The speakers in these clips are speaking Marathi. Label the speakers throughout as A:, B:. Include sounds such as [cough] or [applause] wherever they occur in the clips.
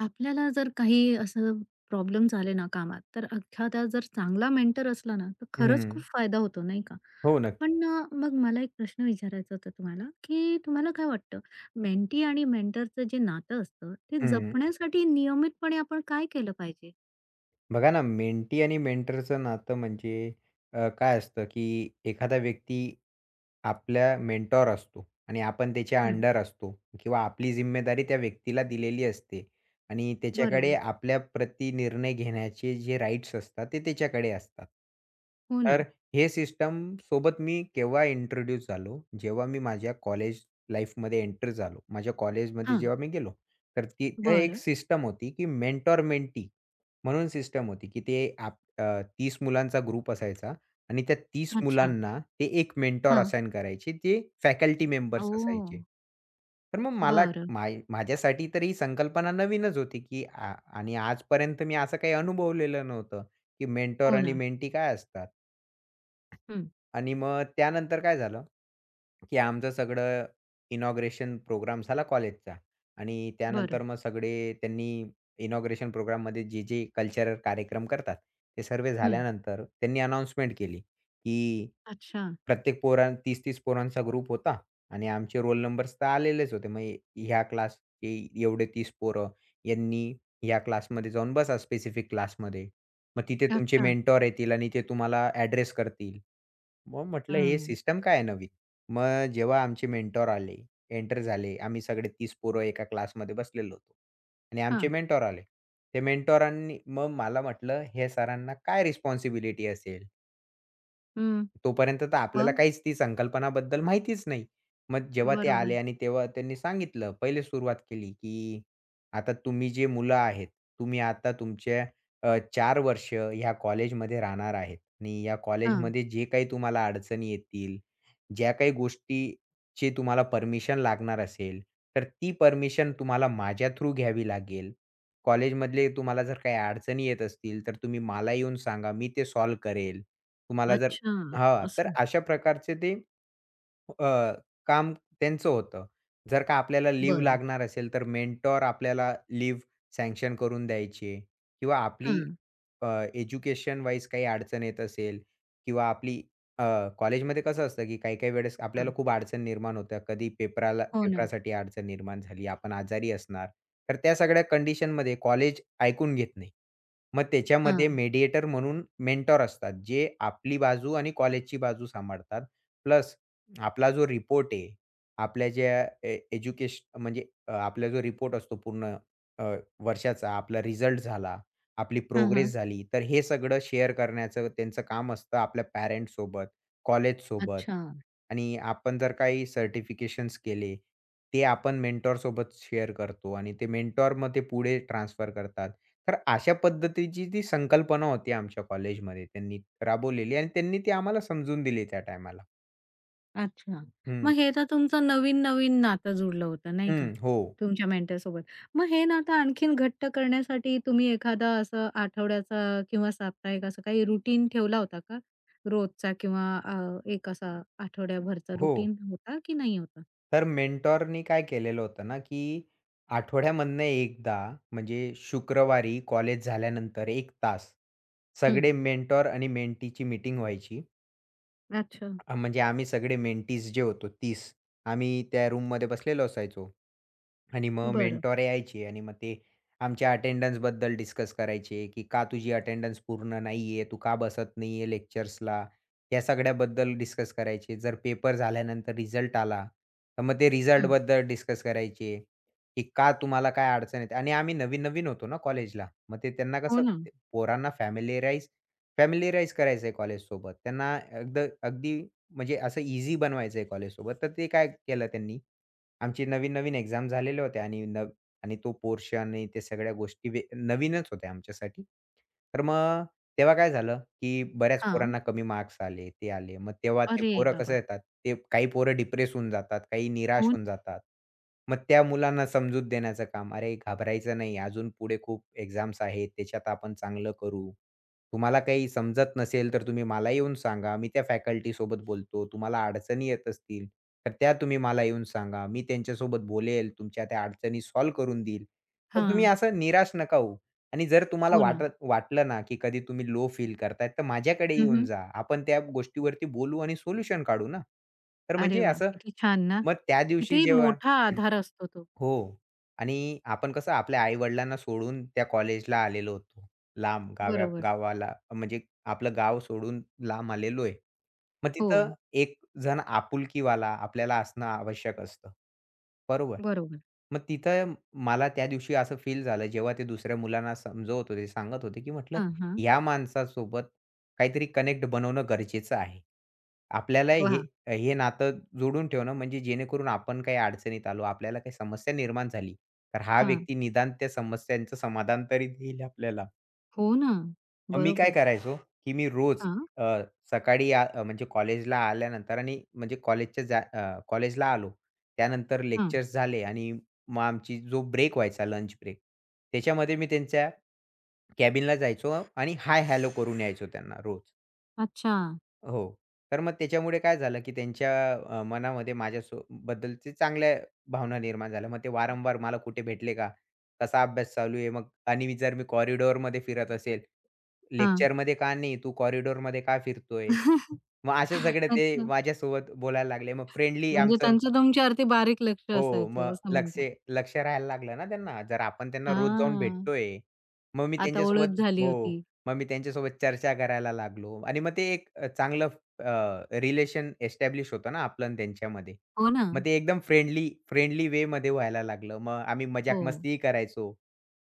A: आपल्याला जर काही असं प्रॉब्लेम्स आले ना कामात, तर एखादा जर चांगला मेंटर असला ना, तर खरंच खूप
B: हं.
A: फायदा होतो, नाही का?
B: हो, नक्की.
A: पण मग मला एक प्रश्न विचारायचा होता तुम्हाला, की तुम्हाला काय वाटतं, मेंटी आणि मेंटरचं जे नातं असतं, ते
B: हं.
A: जपण्यासाठी नियमितपणे आपण काय केलं पाहिजे?
B: बघा ना, मेंटी आणि मेंटरचं नातं म्हणजे काय असतं, की एखादा व्यक्ती आपला मेंटॉर असतो आणि आपण त्याच्या
A: हं.
B: अंडर असतो किंवा आपली जिम्मेदारी त्या व्यक्तीला दिलेली असते आणि त्याच्याकडे
A: बरोबर.
B: आपल्या प्रति निर्णय घेण्याचे जे राईट्स असतात ते त्याच्याकडे असतात.
A: हो
B: तर
A: ना.
B: हे सिस्टम सोबत मी केव्हा इंट्रोड्यूस झालो, जेव्हा मी माझ्या कॉलेज लाईफमध्ये एंटर झालो. माझ्या कॉलेजमध्ये
A: हां.
B: जेव्हा मी गेलो, तर तिथे एक
A: बरं.
B: सिस्टम होती की मेंटॉर मेंटी म्हणून सिस्टम होती, की ते 30 मुलांचा ग्रुप असायचा आणि त्या 30
A: अच्छा.
B: मुलांना ते एक मेंटॉर
A: हां.
B: असाइन करायचे, ते फॅकल्टी मेंबर्स
A: ओह!
B: असायचे. तर मग मला
A: बरं.
B: मा माझ्यासाठी तर ही संकल्पना नवीनच होती, की आणि आजपर्यंत मी असं काही अनुभवलेलं नव्हतं, की मेंटॉर
A: हो
B: आणि
A: ना.
B: मेंटी काय असतात.
A: हं.
B: आणि मग त्यानंतर काय झालं, की आमचं सगळं इनॉग्रेशन प्रोग्राम झाला कॉलेजचा आणि त्यानंतर
A: बरं.
B: मग सगळे त्यांनी इनॉग्रेशन प्रोग्राममध्ये जे कल्चरल कार्यक्रम करतात, ते सर्व
A: हं.
B: झाल्यानंतर त्यांनी अनाउन्समेंट केली, की
A: अच्छा.
B: प्रत्येक पोरां 30-30 पोरांचा ग्रुप होता आणि आमचे रोल नंबर्स तर आलेलेच होते. मग ह्या क्लासचे एवढे 30 पोरं, यांनी या क्लासमध्ये जाऊन बसा स्पेसिफिक क्लासमध्ये. मग तिथे तुमचे
A: अच्छा.
B: मेंटॉर येतील आणि ते तुम्हाला ॲड्रेस करतील. मग म्हटलं हे
A: हं.
B: सिस्टम काय आहे नवीन? मग जेव्हा आमचे मेंटॉर आले, एंटर झाले. आम्ही सगळे 30 पोरं एका क्लासमध्ये बसलेलो होतो आणि आमचे
A: हां.
B: मेंटॉर आले. ते मेंटॉरांनी मग मला म्हटलं, "हे सरांना काय रिस्पॉन्सिबिलिटी असेल?
A: हं.
B: तोपर्यंत तर आपल्याला
A: मग?
B: काहीच ती संकल्पनाबद्दल माहितीच नाही. मग जेव्हा ते आले
A: बरोबर.
B: आणि तेव्हा त्यांनी सांगितलं, पहिले सुरुवात केली, की आता तुम्ही जे मुलं आहेत, तुम्ही आता तुमच्या अ, 4 वर्ष ह्या कॉलेजमध्ये राहणार आहेत आणि या
A: हां.
B: कॉलेजमध्ये जे काही तुम्हाला अडचणी येतील, ज्या काही गोष्टीची तुम्हाला परमिशन लागणार असेल, तर ती परमिशन तुम्हाला माझ्या थ्रू घ्यावी लागेल. कॉलेजमधले तुम्हाला जर काही अडचणी येत असतील, तर तुम्ही मला येऊन सांगा, मी ते सॉल्व्ह करेल. तुम्हाला जर"
A: अच्छा,
B: हां, तर
A: असं.
B: अशा प्रकारचे ते अ, काम त्यांचं होतं. जर का आपल्याला लीव्ह
A: बरं.
B: लागणार असेल, तर मेंटॉर आपल्याला लीव्ह सँक्शन करून द्यायचे किंवा आपली
A: हां,
B: अ, एज्युकेशन वाईज काही अडचण येत असेल किंवा आपली अ, कॉलेजमध्ये कसं असतं, की काही-काही वेळेस आपल्याला
A: हां.
B: खूप अडचण निर्माण होते. कधी पेपराला
A: हो ना.
B: पेपरासाठी अडचण निर्माण झाली, आपण आजारी असणार. तर त्या सगळ्या कंडिशनमध्ये कॉलेज ऐकून घेत नाही. मग त्याच्यामध्ये
A: हां.
B: मेडिएटर म्हणून मेंटॉर असतात, जे आपली बाजू आणि कॉलेजची बाजू सांभाळतात. प्लस आपला जो रिपोर्ट आहे, आपल्या ज्या ए म्हणजे अ, आपला जो रिपोर्ट असतो पूर्ण अ, वर्षाचा, आपला रिझल्ट झाला, आपली
A: हां,
B: प्रोग्रेस
A: हां.
B: झाली, तर हे सगळं शेअर करण्याचं त्यांचं काम असतं आपल्या पॅरेंट्ससोबत, कॉलेजसोबत
A: अच्छा,
B: आणि आपण जर काही सर्टिफिकेशन्स केले, ते आपण मेंटॉरसोबत शेअर करतो आणि ते मेंटॉर मग ते पुढे ट्रान्सफर करतात. तर अशा पद्धतीची ती संकल्पना होती आमच्या कॉलेजमध्ये त्यांनी राबवलेली आणि त्यांनी ती आम्हाला समजून दिली त्या टायमाला.
A: अच्छा.
B: हं,
A: मग हे तर तुमचं नवीन-नवीन नातं जुडलं होतं नाही का,
B: हं. हो,
A: तुमच्या मेंटरसोबत. मग हे नातं आणखीन घट्ट करण्यासाठी तुम्ही एखादा असं आठवड्याचा किंवा साप्ताहिक असं काही रुटीन ठेवला होता का? रोजचा किंवा एक असा आठवड्याभरचा
B: हो.
A: रुटीन होता की नाही होता?
B: तर मेंटॉरनी काय केलेलं होतं ना, की आठवड्यामधनं एकदा म्हणजे शुक्रवारी कॉलेज झाल्यानंतर 1 तास
A: हं.
B: सगळे मेंटॉर आणि मेंटीची मीटिंग व्हायची.
A: अच्छा.
B: म्हणजे आम्ही सगळे मेंटीज जे होतो तीस, आम्ही त्या रूममध्ये बसलेलो असायचो. आणि मग
A: बरं.
B: मेंटॉर यायचे आणि मग ते आमच्या अटेंडन्सबद्दल डिस्कस करायचे, की "का तुझी अटेंडन्स पूर्ण नाहीये? तू का बसत नाहीये लेक्चर्सला?" या सगळ्याबद्दल डिस्कस करायचे. जर पेपर झाल्यानंतर रिझल्ट आला, तर मग ते
A: हं.
B: रिझल्टबद्दल डिस्कस करायचे, की "का तुम्हाला काय अडचण येते?" आणि आम्ही नवीन-नवीन होतो ना कॉलेजला. मग ते त्यांना
A: हो
B: कसं
A: ना.
B: ते पोरांना फॅमिलिअराइज फॅमिलिअराइज करायचं आहे कॉलेजसोबत. त्यांना एकदा अगदी म्हणजे असं ईझी बनवायचं आहे कॉलेजसोबत, तर ते काय केलं त्यांनी, आमची नवीन-नवीन एक्झाम झालेल्या होत्या आणि तो Porsche आणि त्या सगळ्या गोष्टी वे नवीनच होत्या आमच्यासाठी. तर मग तेव्हा काय झालं, की बऱ्याच
A: हां.
B: पोरांना कमी मार्क्स आले, ते आले. मग तेव्हा ते
A: अरे
B: पोरं कसं
A: बाबा!
B: येतात, ते काही पोरं डिप्रेस होऊन जातात, काही निराश
A: हो.
B: होऊन जातात. मग त्या मुलांना समजूत देण्याचं काम, "अरे घाबरायचं नाही, अजून पुढे खूप एक्झाम्स आहेत, त्याच्यात आपण चांगलं करू. तुम्हाला काही समजत नसेल तर तुम्ही मला येऊन सांगा, मी त्या फॅकल्टीसोबत बोलतो. तुम्हाला अडचणी येत असतील, तर त्या तुम्ही मला येऊन सांगा. मी त्यांच्यासोबत बोलेल, तुमच्या त्या अडचणी सॉल्व्ह करून देईल. तर तुम्ही
A: हां.
B: असं निराश नका होऊ आणि जर तुम्हाला
A: हो ना.
B: वाटलं ना, की कधी तुम्ही लो फील करताय, तर माझ्याकडे
A: हं,
B: येऊन
A: हं.
B: जा. आपण त्या गोष्टीवरती बोलू आणि सोल्युशन काढू ना. तर
A: अरे
B: म्हणजे
A: वाह!
B: असं
A: किती छान ना.
B: मग त्या दिवशी
A: किती
B: जेव्हा
A: मोठा आधार असतो तो.
B: हो. आणि आपण कसं आपल्या आई-वडिलांना सोडून त्या कॉलेजला आलेलो होतो. लांब गाव्या
A: बरोबर.
B: गावाला म्हणजे आपलं गाव सोडून लांब आलेलो आहे. मग
A: हो,
B: तिथं एक जण आपुलकीवाला आपल्याला असणं आवश्यक असतं. बरोबर.
A: बरोबर.
B: मग तिथं मला त्या दिवशी असं फील झालं जेव्हा ते दुसऱ्या मुलांना समजवत होते, सांगत होते, की म्हटलं
A: हां, हां.
B: ह्या माणसासोबत काहीतरी कनेक्ट बनवणं गरजेचं आहे. आपल्याला हे
A: पहा
B: हे नातं जोडून ठेवणं म्हणजे जेणेकरून आपण काही अडचणीत आलो, आपल्याला काही समस्या निर्माण झाली, तर हा
A: हां.
B: व्यक्ती निदान त्या समस्यांचं समाधान तरी देईल आपल्याला.
A: हो ना.
B: मग मी काय
A: बरोबर.
B: करायचो, की मी रोज
A: हां,
B: अ, सकाळी म्हणजे कॉलेजला आल्यानंतर आणि म्हणजे कॉलेजला आलो, त्यानंतर
A: हां.
B: लेक्चर्स झाले आणि मग आमची जो ब्रेक व्हायचा लंच ब्रेक, त्याच्यामध्ये मी त्यांच्या कॅबिनला जायचो आणि हाय हॅलो करून यायचो त्यांना रोज.
A: अच्छा.
B: हो. तर मग त्याच्यामुळे काय झालं, की त्यांच्या मनामध्ये माझ्यासो बद्दलचे चांगल्या भावना निर्माण झाल्या. मग ते वारंवार मला कुठे भेटले का? कसा अभ्यास चालू आहे? मग आणि जर मी कॉरिडॉरमध्ये फिरत असेल,
A: हां.
B: लेक्चरमध्ये का नाही? तू कॉरिडॉरमध्ये का फिरतोय?
A: [laughs]
B: मग असे सगळे ते
A: अच्छा.
B: माझ्यासोबत बोलायला लागले. मग फ्रेंडली
A: म्हणजे
B: आमचं
A: त्यांचं तुमच्यावरती बारीक लक्ष
B: हो, मग
A: असायचं असं
B: लक्ष
A: म्हणतात.
B: लक्ष राहायला लागलं ना त्यांना. जर आपण त्यांना रोज जाऊन
A: हां.
B: भेटतोय, मग मी
A: आता ओळख
B: त्यांच्यासोबत
A: झाली
B: हो,
A: होती.
B: मग मी त्यांच्यासोबत चर्चा करायला लागलो आणि मग ते एक चांगलं रिलेशन एस्टॅब्लिश होतं ना आपलं आणि त्यांच्यामध्ये.
A: हो ना.
B: मग ते एकदम फ्रेंडली फ्रेंडली वेमध्ये व्हायला लागलं. मग आम्ही
A: हो.
B: मजाक-मस्तीही करायचो.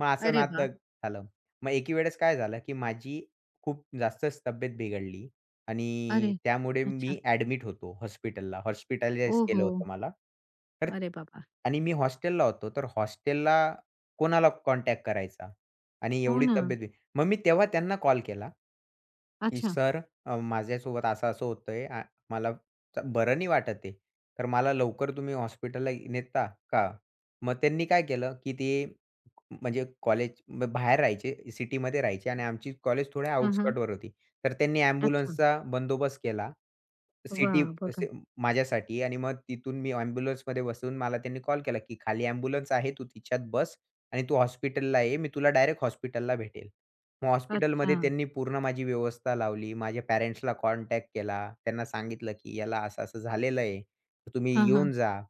B: मग असं
A: अरे
B: नातं
A: वाह!
B: झालं. मग एकी वेळेस काय झालं, की माझी खूप जास्तच तब्येत बिघडली. आणि
A: अरे!
B: त्यामुळे
A: अच्छा.
B: मी ॲडमिट होतो हॉस्पिटलला. हॉस्पिटलाईज केलं
A: ओहो!
B: होतं मला. तर
A: अरे बाबा!
B: आणि मी हॉस्टेलला होतो. तर हॉस्टेलला कोणाला कॉन्टॅक्ट करायचा? आणि
A: हो
B: एवढी
A: ना.
B: तब्येत बी मग मी तेव्हा त्यांना कॉल केला. की
A: अच्छा.
B: "सर, माझ्यासोबत असं-असं होतंय. मला बरं नाही वाटत आहे. तर मला लवकर तुम्ही हॉस्पिटलला नेता का?" मग त्यांनी काय केलं, की ते म्हणजे कॉलेज बाहेर राहायचे, सिटीमध्ये राहायचे आणि आमची कॉलेज थोड्या
A: हां, हां.
B: आउटस्कटवर होती. तर त्यांनी
A: अच्छा.
B: ॲम्ब्युलन्सचा बंदोबस्त केला. सिटी
A: वाह! बघा.
B: असे माझ्यासाठी आणि मग तिथून मी ॲम्ब्युलन्समध्ये बसून मला त्यांनी कॉल केला, की "खाली ॲम्ब्युलन्स आहे. तू तिच्यात बस आणि तू हॉस्पिटलला ये. मी तुला डायरेक्ट हॉस्पिटलला भेटेल." मग
A: अच्छा.
B: हॉस्पिटलमध्ये त्यांनी पूर्ण माझी व्यवस्था लावली. माझ्या पॅरेंट्सला कॉन्टॅक्ट केला. त्यांना सांगितलं, की याला असं-असं झालेलं आहे. तर तुम्ही
A: हां, हां.
B: येऊन जा.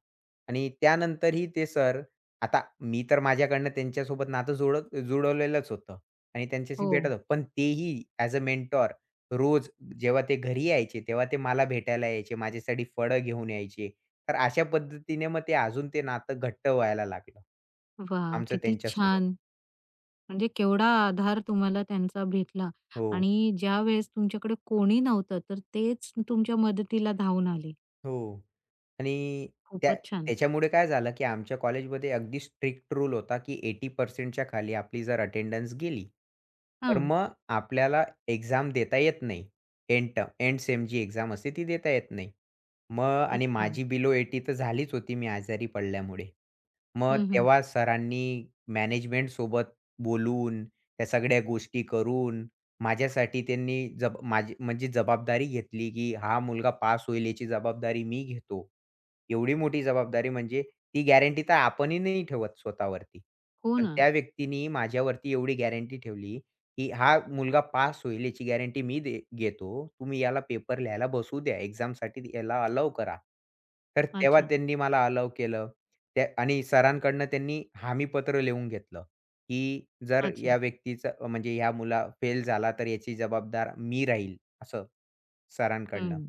B: आणि त्यानंतरही ते सर आता मी तर माझ्याकडनं त्यांच्यासोबत नातं जोडत जुळवलेलंच होतं आणि त्यांच्याशी भेटत
A: हो.
B: होतो. पण तेही ॲज अ मेंटॉर रोज जेव्हा ते घरी यायचे, तेव्हा ते मला भेटायला यायचे. माझ्यासाठी फळं घेऊन यायचे. तर अशा पद्धतीने मग ते अजून ते नातं घट्ट व्हायला लागलं.
A: वा,
B: आमचं
A: किती
B: त्यांच्यासोबत.
A: छान. म्हणजे केवढा आधार तुम्हाला त्यांचा भेटला
B: हो.
A: आणि ज्यावेळेस तुमच्याकडे कोणी नव्हतं, तर तेच तुमच्या मदतीला धावून आले.
B: हो. आणि त्या
A: खूपच छान.
B: त्याच्यामुळे काय झालं, की आमच्या कॉलेजमध्ये अगदी स्ट्रिक्ट रूल होता, की 80% च्या खाली आपली जर अटेंडन्स गेली, तर
A: हां.
B: मग आपल्याला एक्झाम देता येत नाही. एंड टर्म एंड सेम जी एक्झाम असते ती देता येत नाही. मग आणि
A: अच्छा.
B: माझी बिलो 80 तर झालीच होती मी आजारी पडल्यामुळे. मग
A: हं, हं.
B: तेव्हा सरांनी मॅनेजमेंटसोबत बोलून, त्या सगळ्या गोष्टी करून, माझ्यासाठी त्यांनी माझी म्हणजे जबाबदारी घेतली, की हा मुलगा पास होईल याची जबाबदारी मी घेतो. एवढी मोठी जबाबदारी म्हणजे ती गॅरंटी तर आपणही नाही ठेवत स्वतःवरती.
A: हो
B: पण
A: ना.
B: त्या व्यक्तीनी माझ्यावरती एवढी गॅरंटी ठेवली, की हा मुलगा पास होईल याची गॅरंटी मी घेतो. तुम्ही याला पेपर लिहायला बसू द्या. एक्झामसाठी याला अलाऊ करा. तर तेव्हा
A: अच्छा,
B: त्यांनी मला अलाऊ केलं. त्या आणि सरांकडनं त्यांनी हमीपत्र लिहून घेतलं, की जर या
A: अच्छा.
B: व्यक्तीचा म्हणजे ह्या मुला फेल झाला तर याची जबाबदार मी राहील, असं.
A: हं.
B: सरांकडनं.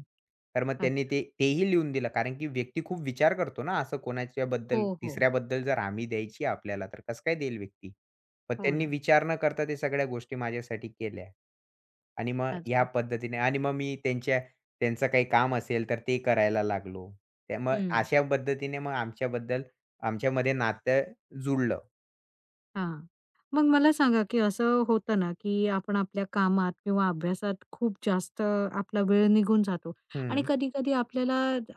B: तर मग त्यांनी
A: अच्छा.
B: ते तेही लिहून दिलं. कारण की व्यक्ती खूप विचार करतो ना, असं
A: हो,
B: कोणाच्याबद्दल
A: हो.
B: तिसऱ्याबद्दल जर हमी द्यायची आपल्याला, तर कसं काय देईल व्यक्ती? पण
A: हो
B: त्यांनी
A: ना.
B: विचार न करता ते सगळ्या गोष्टी माझ्यासाठी केल्या. आणि मग ह्या
A: अच्छा.
B: पद्धतीने आणि मग मी त्यांच्या त्यांचं काही काम असेल, तर ते करायला लागलो. त्या मग
A: हं.
B: अशा पद्धतीने मग आमच्याबद्दल आमच्यामध्ये नातं जुळलं.
A: हां. मग मला सांगा, की असं होतं ना, की आपण आपल्या कामात किंवा अभ्यासात खूप जास्त आपला वेळ निघून जातो आणि
B: हं,
A: कधी-कधी आपल्याला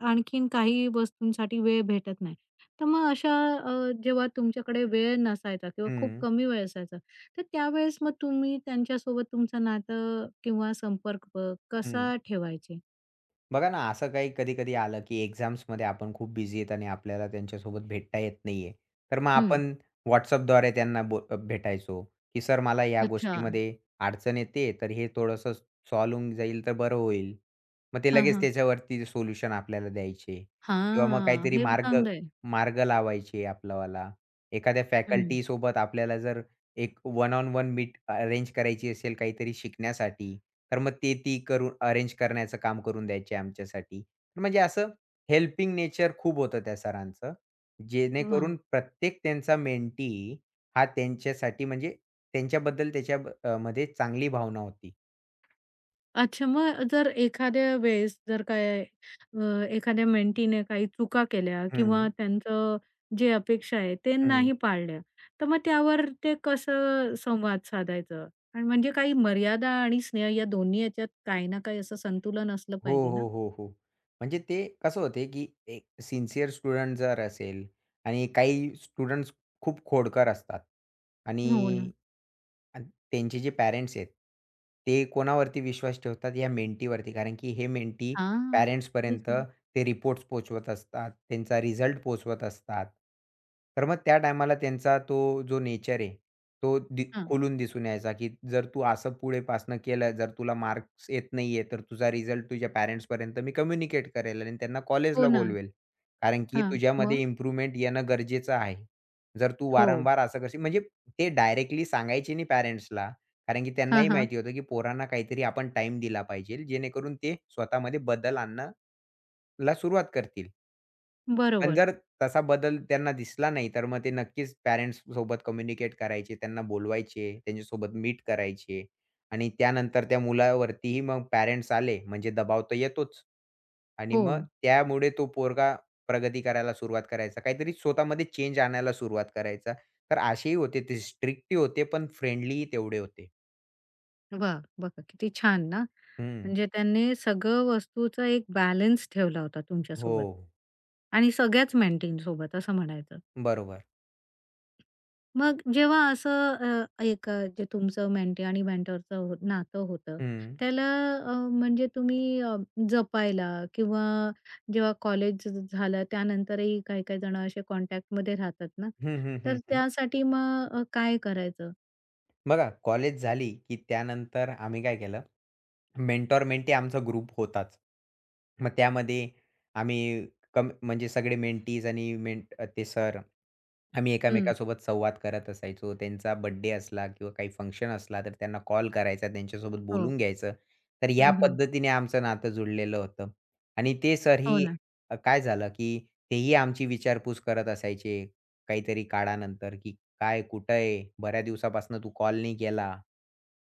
A: आणखीन काही वस्तूंसाठी वेळ भेटत नाही. तर मग अशा जेव्हा तुमच्याकडे वेळ नसायचा किंवा खूप
B: हं,
A: कमी वेळ असायचा, तर त्यावेळेस मग तुम्ही त्यांच्यासोबत तुमचं नातं किंवा संपर्क
B: हं.
A: कसा ठेवायचे?
B: बघा ना, असं काही कधी-कधी आलं, की एक्झाम्समध्ये आपण खूप बिझी आहेत आणि आपल्याला त्यांच्यासोबत भेटता येत नाहीये. तर मग
A: हं.
B: आपण WhatsAppद्वारे त्यांना भेटायचो, की "सर मला या
A: अच्छा.
B: गोष्टीमध्ये अडचण येते, तर हे थोडंसं सॉल्व्ह होऊन जाईल तर बरं होईल." मग ते
A: हां,
B: लगेच
A: हां.
B: त्याच्यावरती सोल्युशन आपल्याला द्यायचे किंवा मग
A: हां.
B: काहीतरी
A: हे
B: मार्ग
A: चांगलं आहे.
B: मार्ग लावायचे आपलावाला. एखाद्या
A: हं.
B: फॅकल्टीसोबत आपल्याला जर एक one on one meet arrange करायची असेल काहीतरी शिकण्यासाठी, तर मग ते ती करून अरेंज करण्याचं काम करून द्यायची आमच्यासाठी. तर म्हणजे असं हेल्पिंग नेचर खूप होतं त्या सरांचं.
A: वाह!
B: जेणेकरून प्रत्येक त्यांचा मेंटी हा त्यांच्यासाठी म्हणजे त्यांच्याबद्दल त्याच्या मध्ये चांगली भावना होती.
A: अच्छा, मग जर एखाद्या वेळेस जर काय अ, एखाद्या मेंटीने काही चुका केल्या किंवा
B: हं,
A: त्यांचं जे अपेक्षा आहे ते
B: हं.
A: नाही पाळल्या, तर मग त्यावर ते कसं संवाद साधायचं? आणि म्हणजे काही मर्यादा आणि स्नेह या दोन्ही याच्यात काही ना काही असं संतुलन असलं
B: हो,
A: पाहिजे ना?
B: हो, हो, हो. म्हणजे ते कसं होते, की एक सिन्सिअर स्टुडंट जर असेल आणि काही स्टुडंट्स खूप खोडकर असतात
A: हो ना.
B: आणि अ, त्यांचे जे पॅरेंट्स आहेत, ते कोणावरती विश्वास ठेवतात? या मेंटीवरती. कारण की हे मेंटी
A: हां, तेच
B: पॅरेंट्सपर्यंत
A: ना.
B: ते रिपोर्ट्स पोहोचवत असतात, त्यांचा रिझल्ट पोहोचवत असतात. तर मग त्या टायमाला त्यांचा तो जो नेचर आहे तो दि
A: हां.
B: खोलून दिसून यायचा, की जर तू असं पुढे पासनं केलं, जर तुला मार्क्स येत नाहीये, तर तुझा रिझल्ट तुझ्या पॅरेंट्सपर्यंत मी कम्युनिकेट करेल आणि त्यांना
A: हो
B: कॉलेजला
A: ना.
B: बोलवेल. कारण की
A: हां.
B: तुझ्यामध्ये
A: मग?
B: इम्प्रूव्हमेंट येणं गरजेचं आहे. जर तू
A: हो.
B: वारंवार असं करशील म्हणजे ते डायरेक्टली सांगायचे नाही पॅरेंट्सला, कारण की
A: हां,
B: त्यांनाही
A: हां.
B: माहिती होतं, की पोरांना काहीतरी आपण टाईम दिला पाहिजे, जेणेकरून ते स्वतःमध्ये बदल आणण्याला सुरुवात करतील. पण
A: बरोबर.
B: जर तसा बदल त्यांना दिसला नाही, तर मग ते नक्कीच पॅरेंट्ससोबत कम्युनिकेट करायचे, त्यांना बोलवायचे, त्यांच्यासोबत मीट करायचे आणि त्यानंतर त्या मुलावरतीही मग पॅरेंट्स आले, म्हणजे दबाव तर येतोच. आणि
A: हो.
B: मग त्यामुळे तो पोरगा प्रगती करायला सुरुवात करायचा. काहीतरी स्वतःमध्ये चेंज आणायला सुरुवात करायचा. तर असेही होते ते स्ट्रिक्टही होते, पण फ्रेंडलीही तेवढे होते.
A: वा, बघा किती छान ना.
B: हं.
A: म्हणजे त्यांनी सगळं वस्तूचा एक बॅलन्स ठेवला होता
B: हो.
A: तुमच्यासोबत आणि सगळ्याच मेंटींसोबत असं म्हणायचं.
B: बरोबर.
A: मग जेव्हा असं एक जे तुमचं मेंटी आणि मेंटॉरचं हो नातं होतं,
B: हं.
A: त्याला म्हणजे तुम्ही जपायला किंवा जेव्हा कॉलेज झालं त्यानंतरही काही-काही जण असे कॉन्टॅक्टमध्ये राहतात ना,
B: हं, हं,
A: तर
B: हं, हं.
A: त्यासाठी मग काय करायचं?
B: बघा कॉलेज झाली, की त्यानंतर आम्ही काय केलं, मेंटॉर-मेंटी आमचा ग्रुप होताच. मग त्यामध्ये आम्ही म्हणजे सगळे मेंटीज आणि मेंट ते सर आम्ही
A: हं.
B: एकामेकांसोबत संवाद करत असायचो. त्यांचा बर्थडे असला किंवा काही फंक्शन असला, तर त्यांना कॉल करायचा, त्यांच्यासोबत
A: हो.
B: बोलून घ्यायचं. तर
A: हं,
B: या
A: हं.
B: पद्धतीने आमचं नातं जुळलेलं होतं. आणि ते
A: हो
B: सरही
A: ना,
B: काय झालं, की तेही आमची विचारपूस करत असायचे काहीतरी काळानंतर, की "काय, कुठं आहे? बऱ्याच दिवसापासून तू कॉल नाही केला.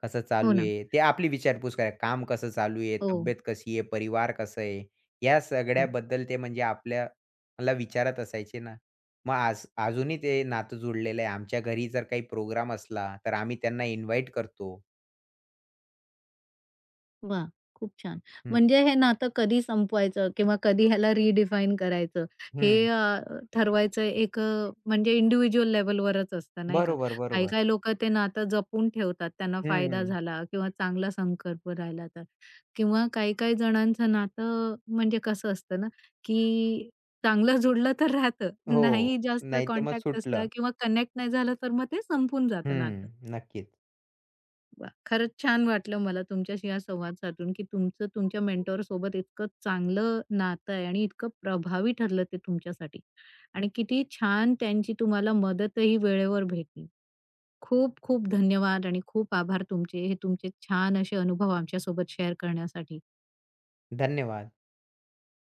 B: कसं
A: हो
B: चालू
A: ना.
B: आहे?" ते आपली विचारपूस करायचे. काम कसं चालू आहे?
A: हो.
B: तब्येत कशी आहे? परिवार कसं आहे? या सगळ्याबद्दल ते म्हणजे आपल्याला विचारत असायचे ना. मग आज अजूनही ते नातं जुळलेलं आहे. आमच्या घरी जर काही प्रोग्राम असला, तर आम्ही त्यांना इन्व्हाईट करतो.
A: वा, खूप छान.
B: हं,
A: म्हणजे हे नातं कधी संपवायचं किंवा कधी ह्याला रिडिफाईन करायचं हे
B: हं.
A: ठरवायचं एक म्हणजे इंडिव्हिज्युअल लेव्हलवरच असतं नाही का?
B: बरोबर, बरोबर.
A: काही-काही लोकं ते नातं जपून ठेवतात त्यांना फायदा
B: हं.
A: झाला किंवा चांगला संकल्प राहिला तर किंवा काही-काही जणांचं नातं म्हणजे कसं असतं ना, की चांगलं [laughs] जुडलं तर राहतं,
B: हो.
A: नाही जास्त
B: नाहीतर मग
A: कॉन्टॅक्ट असला
B: सुटलं.
A: किंवा कनेक्ट नाही झालं तर मग ते संपून जातं
B: हं.
A: नातं.
B: नक्कीच.
A: वाह! खरंच छान वाटलं मला तुमच्याशी हा संवाद साधून, की तुमचं तुमच्या मेंटॉर सोबत इतकं चांगलं नातं आहे आणि इतकं प्रभावी ठरलं ते तुमच्यासाठी आणि किती छान त्यांची तुम्हाला मदतही वेळेवर भेटली. खूप खूप धन्यवाद आणि खूप आभार तुमचे, हे तुमचे छान असे अनुभव आमच्यासोबत शेअर करण्यासाठी.
B: धन्यवाद.